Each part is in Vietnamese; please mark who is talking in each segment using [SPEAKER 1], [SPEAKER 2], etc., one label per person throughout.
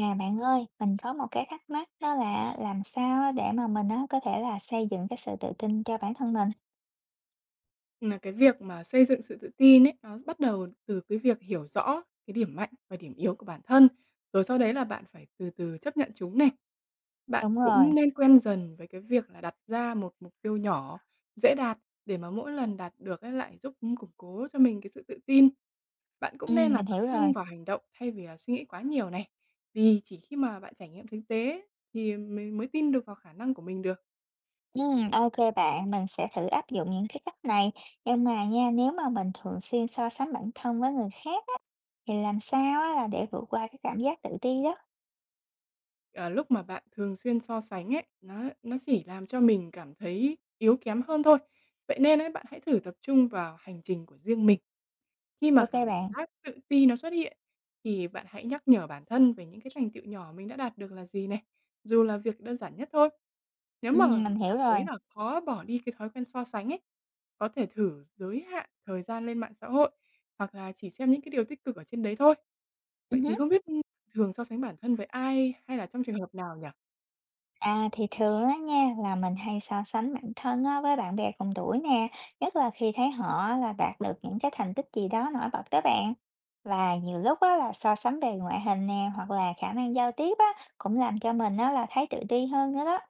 [SPEAKER 1] À, bạn ơi, mình có một cái thắc mắc đó là làm sao á để mà mình á có thể là xây dựng cái sự tự tin cho bản thân mình?
[SPEAKER 2] Là cái việc mà xây dựng sự tự tin ấy, nó bắt đầu từ cái việc hiểu rõ cái điểm mạnh và điểm yếu của bản thân, rồi sau đấy là bạn phải từ từ chấp nhận chúng này. Bạn
[SPEAKER 1] Đúng rồi.
[SPEAKER 2] cũng nên quen dần với cái việc là đặt ra một mục tiêu nhỏ, dễ đạt để mà mỗi lần đạt được ấy lại giúp củng cố cho mình cái sự tự tin. Bạn cũng nên là
[SPEAKER 1] Mình
[SPEAKER 2] tập
[SPEAKER 1] hiểu rồi.
[SPEAKER 2] trung vào hành động thay vì là suy nghĩ quá nhiều này. Vì chỉ khi mà bạn trải nghiệm thực tế ấy, thì mình mới tin được vào khả năng của mình được.
[SPEAKER 1] Ok bạn, mình sẽ thử áp dụng những cái cách này. Nhưng mà nha, nếu mà mình thường xuyên so sánh bản thân với người khác á, thì làm sao á là để vượt qua cái cảm giác tự ti đó?
[SPEAKER 2] Ờ, lúc mà bạn thường xuyên so sánh ấy, nó chỉ làm cho mình cảm thấy yếu kém hơn thôi. Vậy nên ấy, bạn hãy thử tập trung vào hành trình của riêng mình khi mà
[SPEAKER 1] Ok
[SPEAKER 2] cảm
[SPEAKER 1] bạn.
[SPEAKER 2] giác tự ti nó xuất hiện thì bạn hãy nhắc nhở bản thân về những cái thành tựu nhỏ mình đã đạt được là gì này, dù là việc đơn giản nhất thôi. Nếu mà
[SPEAKER 1] Mình hiểu
[SPEAKER 2] cảm
[SPEAKER 1] rồi.
[SPEAKER 2] thấy là khó bỏ đi cái thói quen so sánh ấy, có thể thử giới hạn thời gian lên mạng xã hội hoặc là chỉ xem những cái điều tích cực ở trên đấy thôi. Vậy thì
[SPEAKER 1] Ừ.
[SPEAKER 2] không biết, thường so sánh bản thân với ai hay là trong trường hợp nào nhỉ?
[SPEAKER 1] À thì thường á nha là mình hay so sánh bản thân á, với bạn bè cùng tuổi nè, nhất là khi thấy họ là đạt được những cái thành tích gì đó nổi bật đó bạn. Và nhiều lúc á, là so sánh về ngoại hình nè hoặc là khả năng giao tiếp á, cũng làm cho mình á, là thấy tự ti hơn nữa đó.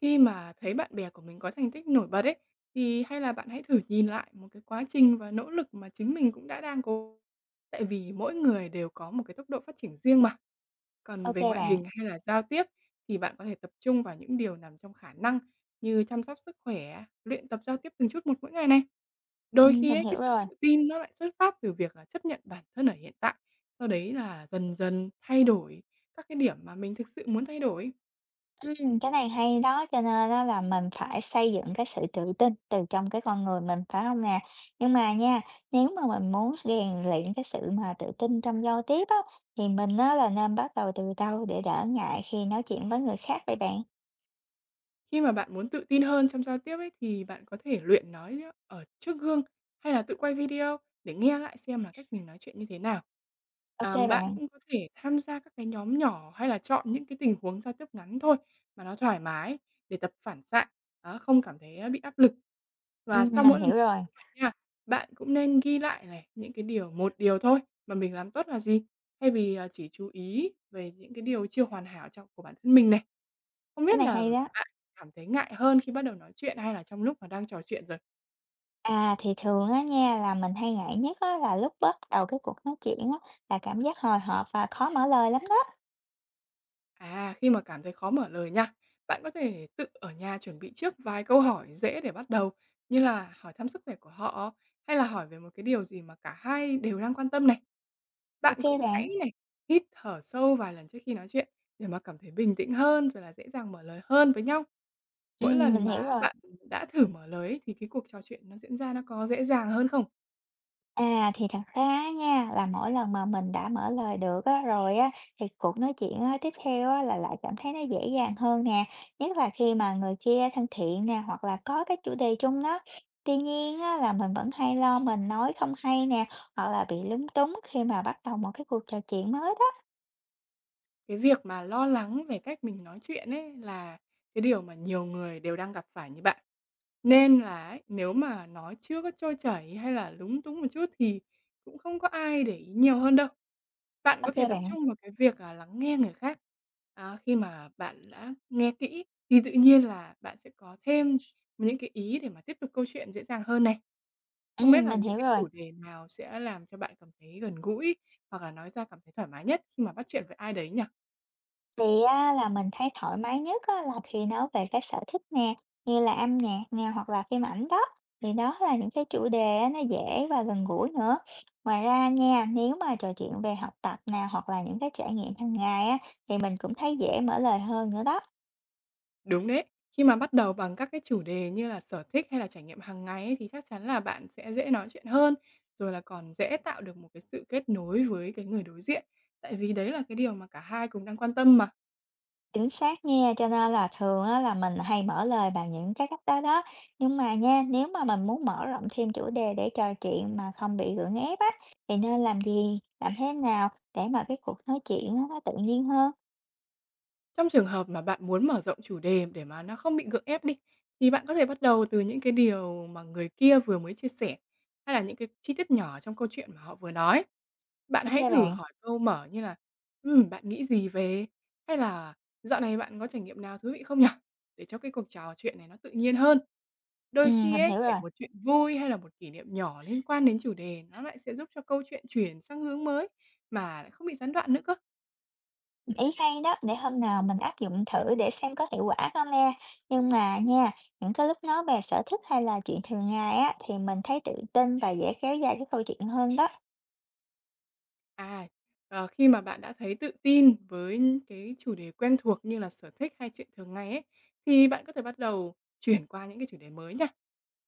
[SPEAKER 2] Khi mà thấy bạn bè của mình có thành tích nổi bật ấy, thì hay là bạn hãy thử nhìn lại một cái quá trình và nỗ lực mà chính mình cũng đã đang cố. Tại vì mỗi người đều có một cái tốc độ phát triển riêng mà. Còn
[SPEAKER 1] Ok
[SPEAKER 2] về ngoại
[SPEAKER 1] bạn.
[SPEAKER 2] hình hay là giao tiếp thì bạn có thể tập trung vào những điều nằm trong khả năng như chăm sóc sức khỏe, luyện tập giao tiếp từng chút một mỗi ngày này.
[SPEAKER 1] Ừ.
[SPEAKER 2] Đôi khi
[SPEAKER 1] Mình
[SPEAKER 2] ấy, cái
[SPEAKER 1] hiểu
[SPEAKER 2] sự
[SPEAKER 1] rồi.
[SPEAKER 2] tự tin nó lại xuất phát từ việc là chấp nhận bản thân ở hiện tại, sau đấy là dần dần thay đổi các cái điểm mà mình thực sự muốn thay đổi.
[SPEAKER 1] Cái này hay đó, cho nên đó là mình phải xây dựng cái sự tự tin từ trong cái con người mình, phải không nè? Nhưng mà nha, nếu mà mình muốn rèn luyện cái sự mà tự tin trong giao tiếp á, thì mình á là nên bắt đầu từ đâu để đỡ ngại khi nói chuyện với người khác vậy bạn?
[SPEAKER 2] Khi mà bạn muốn tự tin hơn trong giao tiếp ấy, thì bạn có thể luyện nói ở trước gương hay là tự quay video để nghe lại xem là cách mình nói chuyện như thế nào.
[SPEAKER 1] Ok
[SPEAKER 2] À, bạn
[SPEAKER 1] bạn.
[SPEAKER 2] cũng có thể tham gia các cái nhóm nhỏ hay là chọn những cái tình huống giao tiếp ngắn thôi mà nó thoải mái để tập phản xạ, đó, không cảm thấy bị áp lực. Và sau
[SPEAKER 1] Mình
[SPEAKER 2] mỗi lần
[SPEAKER 1] hiểu rồi.
[SPEAKER 2] như vậy nha, bạn cũng nên ghi lại này những cái điều một điều thôi mà mình làm tốt là gì, thay vì chỉ chú ý về những cái điều chưa hoàn hảo trong của bản thân mình này. Không
[SPEAKER 1] Cái
[SPEAKER 2] biết
[SPEAKER 1] này
[SPEAKER 2] là
[SPEAKER 1] hay đó.
[SPEAKER 2] bạn cảm thấy ngại hơn khi bắt đầu nói chuyện hay là trong lúc mà đang trò chuyện rồi?
[SPEAKER 1] À, thì thường á nha, là mình hay ngại nhất á là lúc bắt đầu cái cuộc nói chuyện á, là cảm giác hồi hộp và khó mở lời lắm đó.
[SPEAKER 2] À, khi mà cảm thấy khó mở lời nha, bạn có thể tự ở nhà chuẩn bị trước vài câu hỏi dễ để bắt đầu, như là hỏi thăm sức khỏe của họ hay là hỏi về một cái điều gì mà cả hai đều đang quan tâm này.
[SPEAKER 1] Ok
[SPEAKER 2] Bạn cũng hãy
[SPEAKER 1] bạn.
[SPEAKER 2] này hít thở sâu vài lần trước khi nói chuyện để mà cảm thấy bình tĩnh hơn rồi là dễ dàng mở lời hơn với nhau. Mỗi
[SPEAKER 1] Mình
[SPEAKER 2] lần
[SPEAKER 1] hiểu
[SPEAKER 2] mà
[SPEAKER 1] rồi.
[SPEAKER 2] bạn đã thử mở lời ấy, thì cái cuộc trò chuyện nó diễn ra nó có dễ dàng hơn không?
[SPEAKER 1] À, thì thật ra á nha, là mỗi lần mà mình đã mở lời được á, rồi á, thì cuộc nói chuyện á, tiếp theo á, là lại cảm thấy nó dễ dàng hơn nè, nhất là khi mà người kia thân thiện nè, hoặc là có cái chủ đề chung đó. Tuy nhiên á, là mình vẫn hay lo mình nói không hay nè, hoặc là bị lúng túng khi mà bắt đầu một cái cuộc trò chuyện mới đó.
[SPEAKER 2] Cái việc mà lo lắng về cách mình nói chuyện ấy là cái điều mà nhiều người đều đang gặp phải như bạn. Nên là ấy, nếu mà nói chưa có trôi chảy hay là lúng túng một chút thì cũng không có ai để ý nhiều hơn đâu. Bạn có
[SPEAKER 1] Ok
[SPEAKER 2] thể tập
[SPEAKER 1] bạn.
[SPEAKER 2] trung vào cái việc là lắng nghe người khác. À, khi mà bạn đã nghe kỹ thì tự nhiên là bạn sẽ có thêm những cái ý để mà tiếp tục câu chuyện dễ dàng hơn này.
[SPEAKER 1] Ừ,
[SPEAKER 2] Không biết là
[SPEAKER 1] mình
[SPEAKER 2] những
[SPEAKER 1] hiểu
[SPEAKER 2] cái
[SPEAKER 1] rồi.
[SPEAKER 2] chủ đề nào sẽ làm cho bạn cảm thấy gần gũi hoặc là nói ra cảm thấy thoải mái nhất khi mà bắt chuyện với ai đấy nhỉ?
[SPEAKER 1] Thì á, là mình thấy thoải mái nhất á, là khi nói về cái sở thích nè, như là âm nhạc nè hoặc là phim ảnh đó, thì đó là những cái chủ đề á, nó dễ và gần gũi nữa. Ngoài ra nha, nếu mà trò chuyện về học tập nè hoặc là những cái trải nghiệm hàng ngày á, thì mình cũng thấy dễ mở lời hơn nữa đó.
[SPEAKER 2] Đúng đấy. Khi mà bắt đầu bằng các cái chủ đề như là sở thích hay là trải nghiệm hàng ngày ấy, thì chắc chắn là bạn sẽ dễ nói chuyện hơn, rồi là còn dễ tạo được một cái sự kết nối với cái người đối diện. Tại vì đấy là cái điều mà cả hai cùng đang quan tâm mà.
[SPEAKER 1] Chính xác nha, cho nên là thường á, là mình hay mở lời bằng những cái cách đó đó. Nhưng mà nha, nếu mà mình muốn mở rộng thêm chủ đề để trò chuyện mà không bị gượng ép á, thì nên làm gì, làm thế nào để mà cái cuộc nói chuyện á, nó tự nhiên hơn?
[SPEAKER 2] Trong trường hợp mà bạn muốn mở rộng chủ đề để mà nó không bị gượng ép đi, thì bạn có thể bắt đầu từ những cái điều mà người kia vừa mới chia sẻ, hay là những cái chi tiết nhỏ trong câu chuyện mà họ vừa nói. Bạn
[SPEAKER 1] Ok
[SPEAKER 2] hãy thử
[SPEAKER 1] bạn,
[SPEAKER 2] hỏi câu mở như là bạn nghĩ gì về?" hay là "Dạo này bạn có trải nghiệm nào thú vị không nhỉ?" để cho cái cuộc trò chuyện này nó tự nhiên hơn.
[SPEAKER 1] ừ,
[SPEAKER 2] Đôi khi
[SPEAKER 1] mình
[SPEAKER 2] ấy,
[SPEAKER 1] hiểu
[SPEAKER 2] kể
[SPEAKER 1] rồi.
[SPEAKER 2] một chuyện vui hay là một kỷ niệm nhỏ liên quan đến chủ đề nó lại sẽ giúp cho câu chuyện chuyển sang hướng mới mà lại không bị gián đoạn nữa cơ.
[SPEAKER 1] Ý hay đó, để hôm nào mình áp dụng thử để xem có hiệu quả không nha. Nhưng mà nha, những cái lúc nói về sở thích hay là chuyện thường ngày á, thì mình thấy tự tin và dễ kéo dài cái câu chuyện hơn đó.
[SPEAKER 2] À, khi mà bạn đã thấy tự tin với những cái chủ đề quen thuộc như là sở thích hay chuyện thường ngày ấy, thì bạn có thể bắt đầu chuyển qua những cái chủ đề mới nha.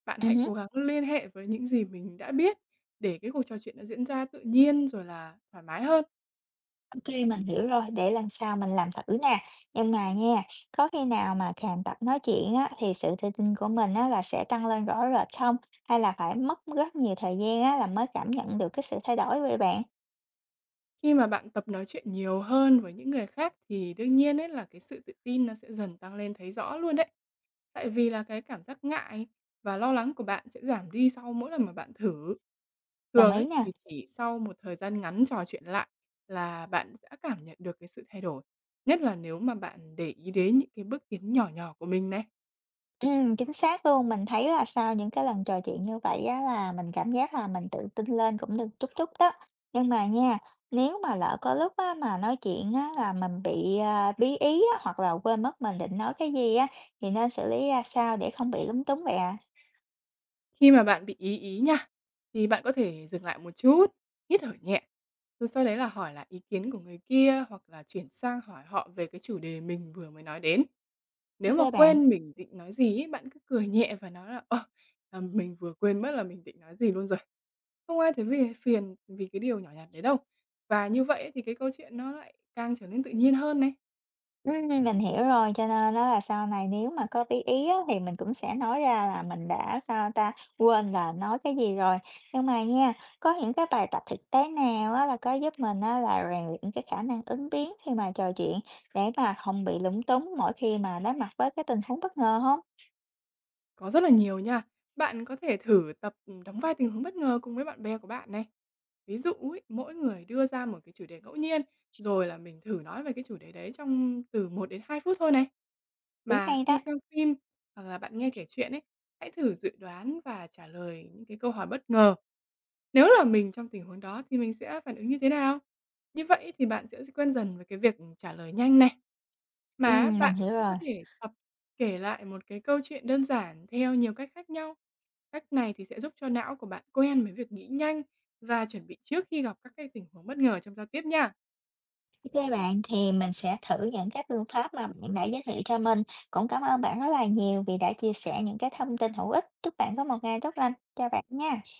[SPEAKER 2] Bạn
[SPEAKER 1] Ừ.
[SPEAKER 2] hãy cố gắng liên hệ với những gì mình đã biết để cái cuộc trò chuyện nó diễn ra tự nhiên rồi là thoải mái hơn.
[SPEAKER 1] OK, mình hiểu rồi, để lần sau mình làm thử nè. Nhưng mà nha, có khi nào mà càng tập nói chuyện á, thì sự tự tin của mình á, là sẽ tăng lên rõ rệt không? Hay là phải mất rất nhiều thời gian á, là mới cảm nhận được cái sự thay đổi vậy bạn?
[SPEAKER 2] Khi mà bạn tập nói chuyện nhiều hơn với những người khác thì đương nhiên ấy là cái sự tự tin nó sẽ dần tăng lên thấy rõ luôn đấy. Tại vì là cái cảm giác ngại và lo lắng của bạn sẽ giảm đi sau mỗi lần mà bạn thử.
[SPEAKER 1] Đồng
[SPEAKER 2] Thường
[SPEAKER 1] ý
[SPEAKER 2] ấy
[SPEAKER 1] nè.
[SPEAKER 2] thì chỉ sau một thời gian ngắn trò chuyện lại là bạn đã cảm nhận được cái sự thay đổi, nhất là nếu mà bạn để ý đến những cái bước tiến nhỏ nhỏ của mình này.
[SPEAKER 1] Chính xác luôn. Mình thấy là sau những cái lần trò chuyện như vậy á là mình cảm giác là mình tự tin lên cũng được chút chút đó. Nhưng mà nha, nếu mà lỡ có lúc á mà nói chuyện á là mình bị, bí ý á, hoặc là quên mất mình định nói cái gì á, thì nên xử lý ra sao để không bị lúng túng vậy ạ?
[SPEAKER 2] Khi mà bạn bị ý ý nha, thì bạn có thể dừng lại một chút, hít thở nhẹ, rồi sau đấy là hỏi lại ý kiến của người kia hoặc là chuyển sang hỏi họ về cái chủ đề mình vừa mới nói đến. Nếu mà
[SPEAKER 1] OK bạn.
[SPEAKER 2] quên mình định nói gì ấy, bạn cứ cười nhẹ và nói là "Ờ, à, mình vừa quên mất là mình định nói gì luôn rồi." Không ai thấy vì phiền vì cái điều nhỏ nhặt đấy đâu. Và như vậy ấy thì cái câu chuyện nó lại càng trở nên tự nhiên hơn này.
[SPEAKER 1] Mình hiểu rồi, cho nên á là sau này nếu mà có bí ý á, thì mình cũng sẽ nói ra là mình đã, sao ta, quên là nói cái gì rồi. Nhưng mà nha, có những cái bài tập thực tế nào á, là có giúp mình á, là rèn luyện cái khả năng ứng biến khi mà trò chuyện để mà không bị lúng túng mỗi khi mà đối mặt với cái tình huống bất ngờ không?
[SPEAKER 2] Có rất là nhiều nha. Bạn có thể thử tập, đóng vai tình huống bất ngờ cùng với bạn bè của bạn này. Ví dụ ấy, mỗi người đưa ra một cái chủ đề ngẫu nhiên, rồi là mình thử nói về cái chủ đề đấy trong từ 1 đến 2 phút thôi này.
[SPEAKER 1] Cũng
[SPEAKER 2] Mà
[SPEAKER 1] hay
[SPEAKER 2] khi
[SPEAKER 1] đó.
[SPEAKER 2] xem phim hoặc là bạn nghe kể chuyện ấy, hãy thử dự đoán và trả lời những cái câu hỏi bất ngờ. Nếu là mình trong tình huống đó thì mình sẽ phản ứng như thế nào? Như vậy thì bạn sẽ quen dần với cái việc trả lời nhanh này. Mà
[SPEAKER 1] Mình
[SPEAKER 2] bạn
[SPEAKER 1] hiểu
[SPEAKER 2] cũng có
[SPEAKER 1] rồi.
[SPEAKER 2] thể tập kể lại một cái câu chuyện đơn giản theo nhiều cách khác nhau. Cách này thì sẽ giúp cho não của bạn quen với việc nghĩ nhanh và chuẩn bị trước khi gặp các cái tình huống bất ngờ trong giao tiếp nha.
[SPEAKER 1] Ô bạn, thì mình sẽ thử những cái phương pháp mà bạn đã giới thiệu cho mình. Cũng cảm ơn bạn rất là nhiều vì đã chia sẻ những cái thông tin hữu ích. Chúc bạn có một ngày tốt lành. Chào bạn nha.